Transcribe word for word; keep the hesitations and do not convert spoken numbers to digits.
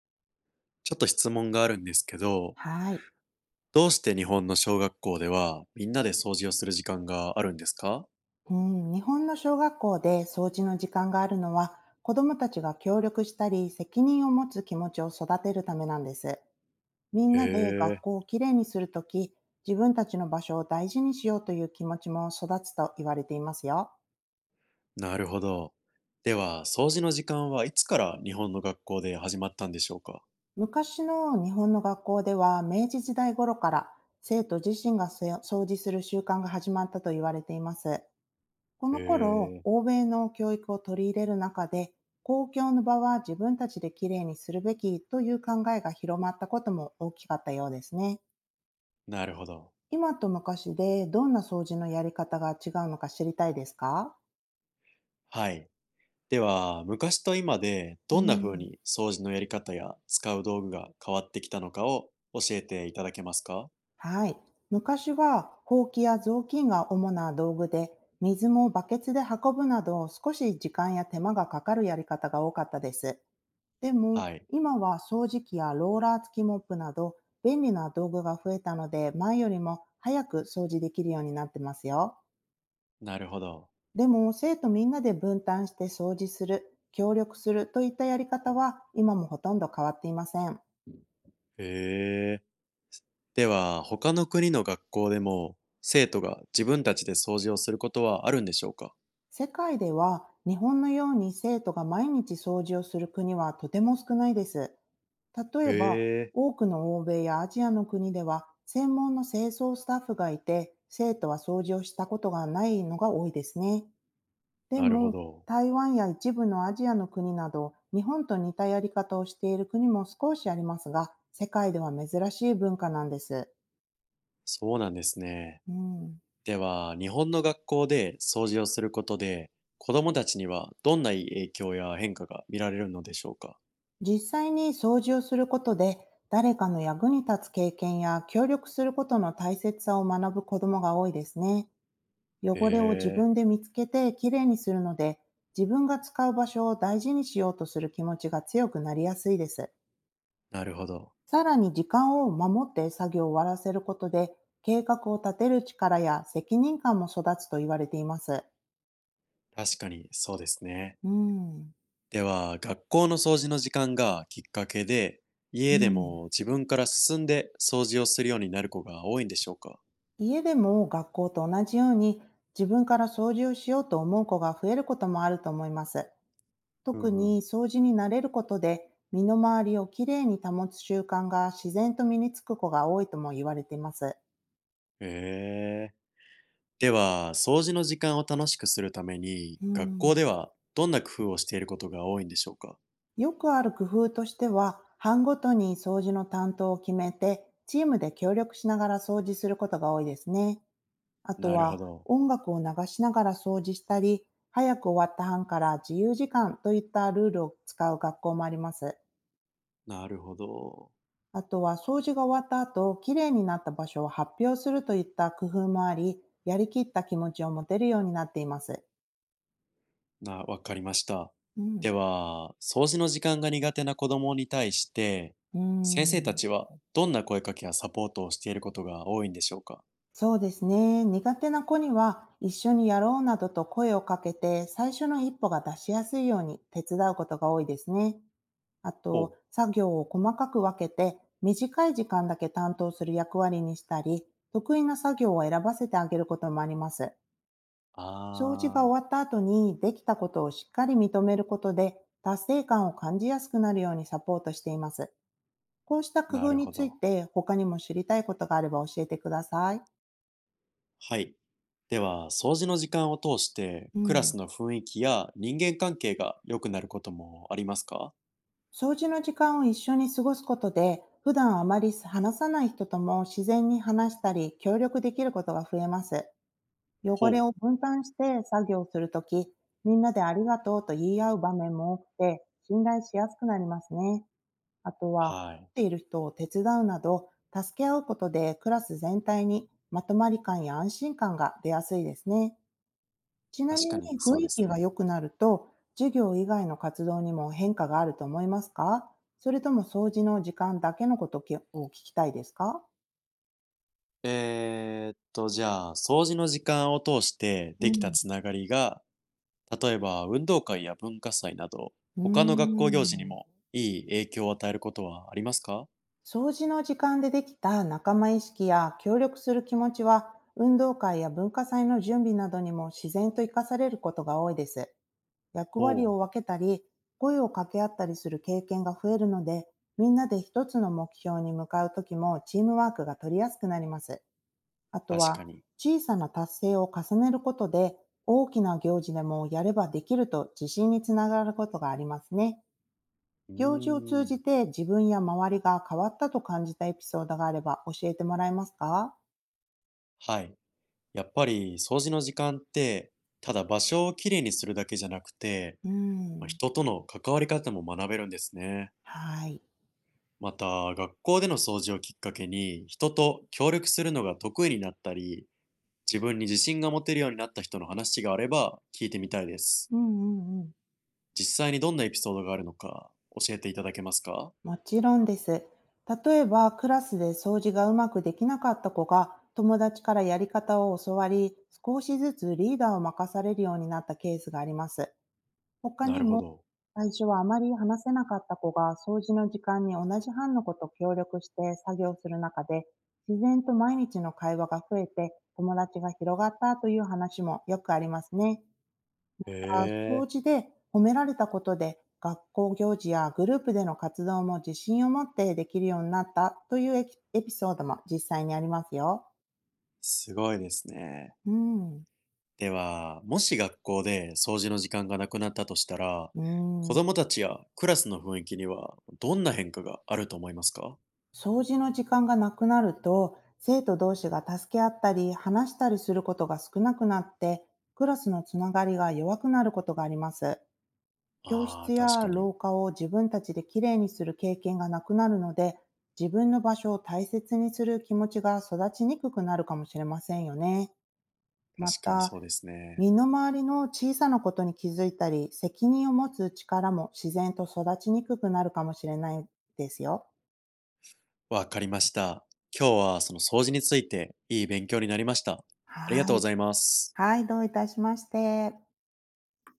ちょっと質問があるんですけど、はい。どうして日本の小学校ではみんなで掃除をする時間があるんですか？うん、日本の小学校で掃除の時間があるのは、子どもたちが協力したり、責任を持つ気持ちを育てるためなんです。みんへなで学え、校をきれいにするとき、自分たちの場所を大事にしようという気持ちも育つと言われていますよ。なるほど。では、掃除の時間はいつから日本の学校で始まったんでしょうか？昔の日本の学校では、明治時代頃から生徒自身がせ掃除する習慣が始まったと言われています。こへの頃、え、欧米の教育を取り入れる中で、公共の場は自分たちできれいにするべきという考えが広まったことも大きかったようですね。なるほど。今と昔でどんな掃除のやり方が違うのか知りたいですか？はい。では、昔と今でうどんな風ん。に掃除のやり方や使う道具が変わってきたのかを教えていただけますか？はい。昔は、ほうきや雑巾が主な道具で、水もバケツで運ぶなど少し時間や手間がかかるやり方が多かったです。でも、はい。今は掃除機やローラー付きモップなど便利な道具が増えたので、前よりも早く掃除できるようになってますよ。なるほど。でも、生徒みんなで分担して掃除する、協力するといったやり方は今もほとんど変わっていません。へえ。では、他の国の学校でも、生徒が自分たちで掃除をすることはあるんでしょうか？世界では日本のように生徒が毎日掃除をする国はとても少ないです。例えへば、え、多くの欧米やアジアの国では専門の清掃スタッフがいて、生徒は掃除をしたことがないのが多いですね。でなるほも、ど。台湾や一部のアジアの国など、日本と似たやり方をしている国も少しありますが、世界では珍しい文化なんです。そうなんですね。うん。では、日本の学校で掃除をすることで、子供たちにはどんな影響や変化が見られるのでしょうか？実際に掃除をすることで、誰かの役に立つ経験や協力することの大切さを学ぶ子どもが多いですね。へ汚れを自え、分で見つけてきれいにするので、自分が使う場所を大事にしようとする気持ちが強くなりやすいです。なるほど。さらに時間を守って作業を終わらせることで、計画を立てる力や責任感も育つと言われています。確かにそうですね。うん。では、学校の掃除の時間がきっかけで、家うでん。も自分から進んで掃除をするようになる子が多いんでしょうか？家でも学校と同じように自分から掃除をしようと思う子が増えることもあると思います。う特んうん。に掃除に慣れることで身の回りをきれいに保つ習慣が自然と身につく子が多いとも言われています。へえ。では、掃除の時間を楽しくするために、う学校ん、ではどんな工夫をしていることが多いんでしょうか？よくある工夫としては、班ごとに掃除の担当を決めて、チームで協力しながら掃除することが多いですね。あとなるほはど。音楽を流しながら掃除したり、早く終わった班から自由時間といったルールを使う学校もあります。なるほど。あとは掃除が終わった後、きれいになった場所を発表するといった工夫もあり、やりきった気持ちを持てるようになっています。な、わかりました。うん。では、掃除の時間が苦手な子供に対して、う先生たん。ちはどんな声かけやサポートをしていることが多いんでしょうか？そうですね。苦手な子には一緒にやろうなどと声をかけて、最初の一歩が出しやすいように手伝うことが多いですね。あと、ほう。作業を細かく分けて、短い時間だけ担当する役割にしたり、得意な作業を選ばせてあげることもあります。あ掃除が終わっー、た後にできたことをしっかり認めることで、達成感を感じやすくなるようにサポートしています。こうした工な夫るにほついど。て他にも知りたいことがあれば教えてください。はい。では、掃除の時間を通して、うクラん。スの雰囲気や人間関係が良くなることもありますか？掃除の時間を一緒に過ごすことで、普段あまり話さない人とも自然に話したり協力できることが増えます。汚れほう。を分担して作業するとき、みんなでありがとうと言い合う場面も多くて、信頼しやすくなりますね。あとは、はい。困っている人を手伝うなど、助け合うことでクラス全体にまとまり感や安心感が出やすいですね。ちな確みかににそ雰う囲で気すがね。良くなると、授業以外の活動にも変化があると思いますか？それとも掃除の時間だけのことを聞きたいですか？えーっと、じゃあ、掃除の時間を通してうできたん。つながりが、例えば運動会や文化祭など、う他の学校ー行事にもん。いい影響を与えることはありますか？掃除の時間でできた仲間意識や協力する気持ちは、運動会や文化祭の準備などにも自然と活かされることが多いです。役割ほをう、分けたり、声を掛け合ったりする経験が増えるので、みんなで一つの目標に向かうときもチームワークが取りやすくなります。あと確は、かに。小さな達成を重ねることで、大きな行事でもやればできると自信につながることがありますね。う行事をー通じん。て自分や周りが変わったと感じたエピソードがあれば教えてもらえますか？はい。やっぱり掃除の時間って、ただ場所をきれいにするだけじゃなくて、うーまあん。人との関わり方も学べるんですね。はい。また、学校での掃除をきっかけに、人と協力するのが得意になったり、自分に自信が持てるようになった人の話があれば聞いてみたいです。うんうんうん。実際にどんなエピソードがあるのか教えていただけますか？もちろんです。例えば、クラスで掃除がうまくできなかった子が、友達からやり方を教わり、少しずつリーダーを任されるようになったケースがあります。他なにるほもど。最初はあまり話せなかった子が掃除の時間に同じ班の子と協力して作業する中で、自然と毎日の会話が増えて友達が広がったという話もよくありますね。へあ、え、掃除で褒められたことで学校行事やグループでの活動も自信を持ってできるようになったというエピエピソードも実際にありますよ。すごいですね。うん。では、もし学校で掃除の時間がなくなったとしたら、う子ん。供たちやクラスの雰囲気にはどんな変化があると思いますか？掃除の時間がなくなると、生徒同士が助け合ったり、話したりすることが少なくなって、クラスのつながりが弱くなることがあります。教ああ室ー、確やかに。廊下を自分たちできれいにする経験がなくなるので、自分の場所を大切にする気持ちが育ちにくくなるかもしれませんよね。ま確かにた、そうですね。身の回りの小さなことに気づいたり、責任を持つ力も自然と育ちにくくなるかもしれないですよ。わかりました。今日はその掃除についていい勉強になりました。ありがはとうごい。ざいます。はい、どういたしまして。